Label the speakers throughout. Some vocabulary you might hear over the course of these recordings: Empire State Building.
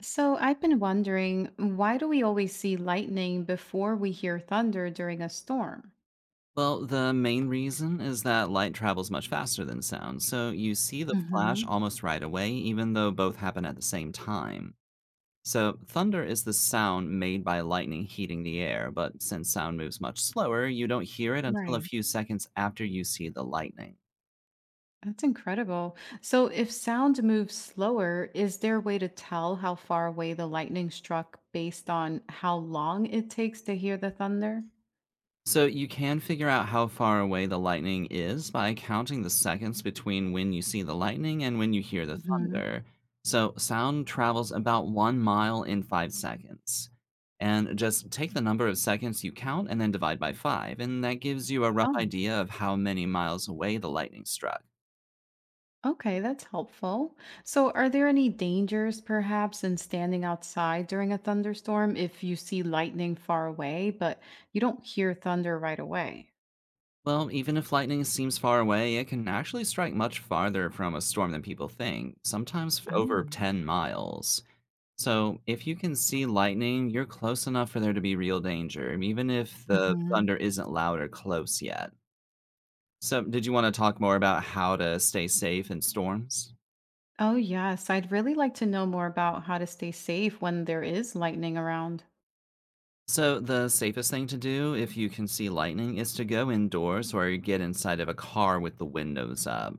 Speaker 1: So I've been wondering, why do we always see lightning before we hear thunder during a storm?
Speaker 2: Well, the main reason is that light travels much faster than sound, so you see the flash
Speaker 1: Hmm.
Speaker 2: almost right away, even though both happen at the same time. So, thunder is the sound made by lightning heating the air, but since sound moves much slower, you don't hear it until a
Speaker 1: Right.
Speaker 2: few seconds after you see the lightning.
Speaker 1: That's incredible. So if sound moves slower, is there a way to tell how far away the lightning struck based on how long it takes to hear the thunder?
Speaker 2: So you can figure out how far away the lightning is by counting the seconds between when you see the lightning and when you hear the
Speaker 1: Hmm.
Speaker 2: thunder. So sound travels about 1 mile in 5 seconds. And just take the number of seconds you count and then divide by five, and that gives you a rough
Speaker 1: Oh,
Speaker 2: idea of how many miles away the lightning struck.
Speaker 1: okay, that's helpful. So are there any dangers perhaps in standing outside during a thunderstorm if you see lightning far away, but you don't hear thunder right away?
Speaker 2: Well, even if lightning seems far away, it can actually strike much farther from a storm than people think, sometimes over
Speaker 1: Oh,
Speaker 2: 10 miles. So, if you can see lightning, you're close enough for there to be real danger, even if the
Speaker 1: mhm.
Speaker 2: thunder isn't loud or close yet. So, did you want to talk more about how to stay safe in storms?
Speaker 1: Oh, yes. I'd really like to know more about how to stay safe when there is lightning around.
Speaker 2: So, the safest thing to do if you can see lightning is to go indoors or get inside of a car with the windows up.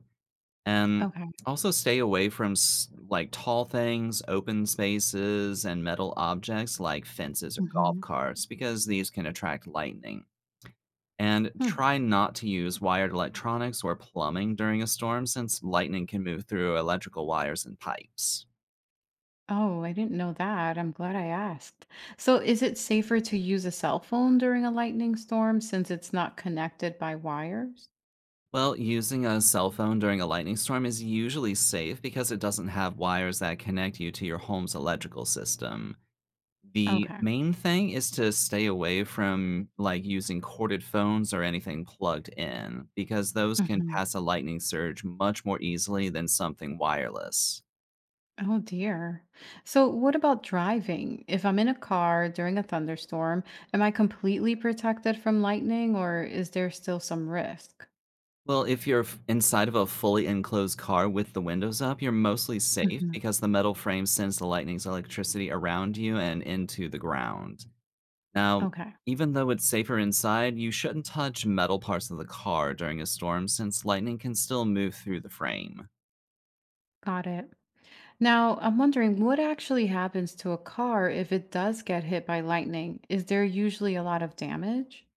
Speaker 2: And
Speaker 1: Okay.
Speaker 2: also stay away from like tall things, open spaces, and metal objects like fences or golf
Speaker 1: Hmm.
Speaker 2: carts because these can attract lightning. And
Speaker 1: Hmm.
Speaker 2: try not to use wired electronics or plumbing during a storm since lightning can move through electrical wires and pipes.
Speaker 1: Oh, I didn't know that. I'm glad I asked. So, is it safer to use a cell phone during a lightning storm since it's not connected by wires?
Speaker 2: Well, using a cell phone during a lightning storm is usually safe because it doesn't have wires that connect you to your home's electrical system. The
Speaker 1: Okay.
Speaker 2: main thing is to stay away from, like, using corded phones or anything plugged in, because those can
Speaker 1: Hmm.
Speaker 2: pass a lightning surge much more easily than something wireless.
Speaker 1: Oh, dear. So, what about driving? If I'm in a car during a thunderstorm, am I completely protected from lightning or is there still some risk?
Speaker 2: Well, if you're inside of a fully enclosed car with the windows up, you're mostly safe
Speaker 1: Mhm.
Speaker 2: because the metal frame sends the lightning's electricity around you and into the ground. Now,
Speaker 1: Okay.
Speaker 2: even though it's safer inside, you shouldn't touch metal parts of the car during a storm since lightning can still move through the frame.
Speaker 1: Got it. Now, I'm wondering what actually happens to a car if it does get hit by lightning? Is there usually a lot of damage?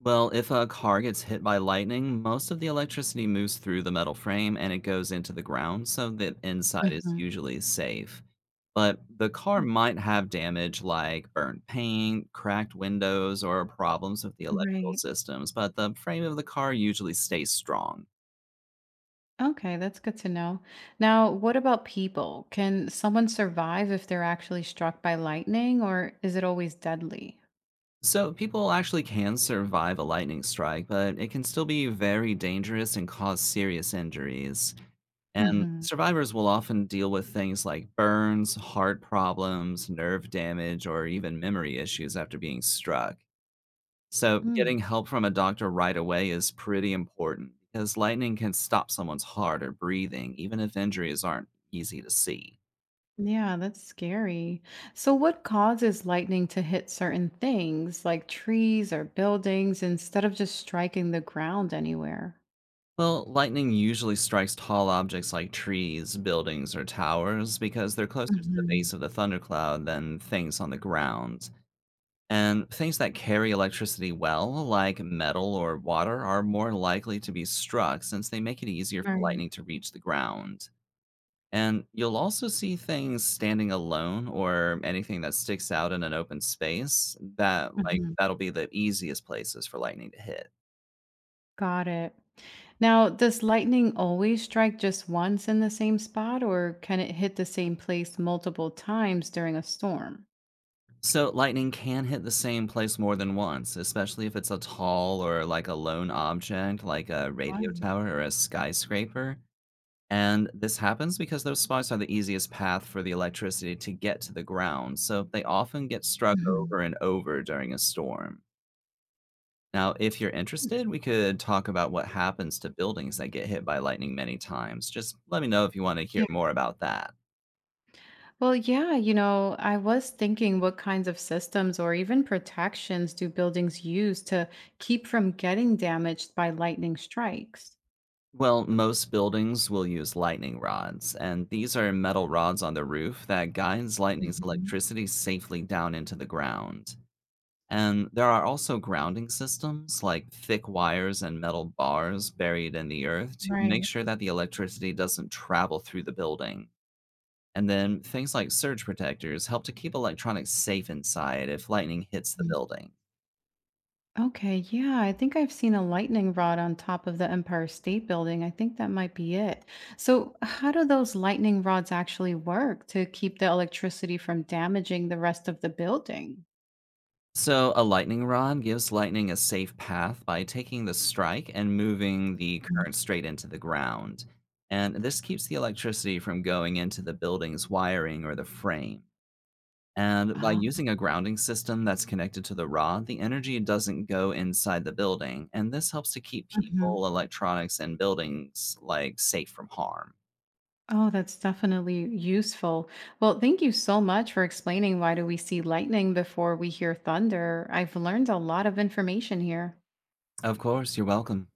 Speaker 2: Well, if a car gets hit by lightning, most of the electricity moves through the metal frame and it goes into the ground, so that inside is
Speaker 1: Hmm.
Speaker 2: usually safe. But the car might have damage like burnt paint, cracked windows, or problems with the electrical
Speaker 1: Right.
Speaker 2: systems, but the frame of the car usually stays strong.
Speaker 1: Okay, that's good to know. Now, what about people? Can someone survive if they're actually struck by lightning, or is it always deadly?
Speaker 2: So people actually can survive a lightning strike, but it can still be very dangerous and cause serious injuries. And
Speaker 1: Hmm.
Speaker 2: survivors will often deal with things like burns, heart problems, nerve damage, or even memory issues after being struck. So,
Speaker 1: Mm.
Speaker 2: getting help from a doctor right away is pretty important because lightning can stop someone's heart or breathing, even if injuries aren't easy to see.
Speaker 1: Yeah, that's scary. So, what causes lightning to hit certain things like trees or buildings instead of just striking the ground anywhere?
Speaker 2: Well, lightning usually strikes tall objects like trees, buildings, or towers because they're closer to the
Speaker 1: Hmm.
Speaker 2: base of the thundercloud than things on the ground. And things that carry electricity well, like metal or water, are more likely to be struck since they make it easier for lightning to reach the ground. And you'll also see things standing alone or anything that sticks out in an open space that like
Speaker 1: Mhm.
Speaker 2: that'll be the easiest places for lightning to hit.
Speaker 1: Got it. Now, does lightning always strike just once in the same spot, or can it hit the same place multiple times during a storm?
Speaker 2: So lightning can hit the same place more than once, especially if it's a tall or like a lone object like a radio
Speaker 1: Wow.
Speaker 2: tower or a skyscraper. And this happens because those spots are the easiest path for the electricity to get to the ground, so they often get struck
Speaker 1: Mhm.
Speaker 2: over and over during a storm. Now, if you're interested, we could talk about what happens to buildings that get hit by lightning many times. Just let me know if you want to hear
Speaker 1: Yeah.
Speaker 2: more about that.
Speaker 1: Well, yeah, I was thinking what kinds of systems or even protections do buildings use to keep from getting damaged by lightning strikes?
Speaker 2: Well, most buildings will use lightning rods, and these are metal rods on the roof that guides lightning's
Speaker 1: Mhm.
Speaker 2: electricity safely down into the ground. And there are also grounding systems like thick wires and metal bars buried in the earth to make
Speaker 1: Right.
Speaker 2: sure that the electricity doesn't travel through the building. And then things like surge protectors help to keep electronics safe inside if lightning hits the building.
Speaker 1: Okay, yeah, I think I've seen a lightning rod on top of the Empire State Building. I think that might be it. So, how do those lightning rods actually work to keep the electricity from damaging the rest of the building?
Speaker 2: So, a lightning rod gives lightning a safe path by taking the strike and moving the
Speaker 1: Mm.
Speaker 2: current straight into the ground. And this keeps the electricity from going into the building's wiring or the frame. And by
Speaker 1: Oh,
Speaker 2: using a grounding system that's connected to the rod, the energy doesn't go inside the building. And this helps to keep
Speaker 1: mhm.
Speaker 2: people, electronics, and buildings like safe from harm.
Speaker 1: Oh, that's definitely useful. Well, thank you so much for explaining why do we see lightning before we hear thunder. I've learned a lot of information here.
Speaker 2: Of course, you're welcome.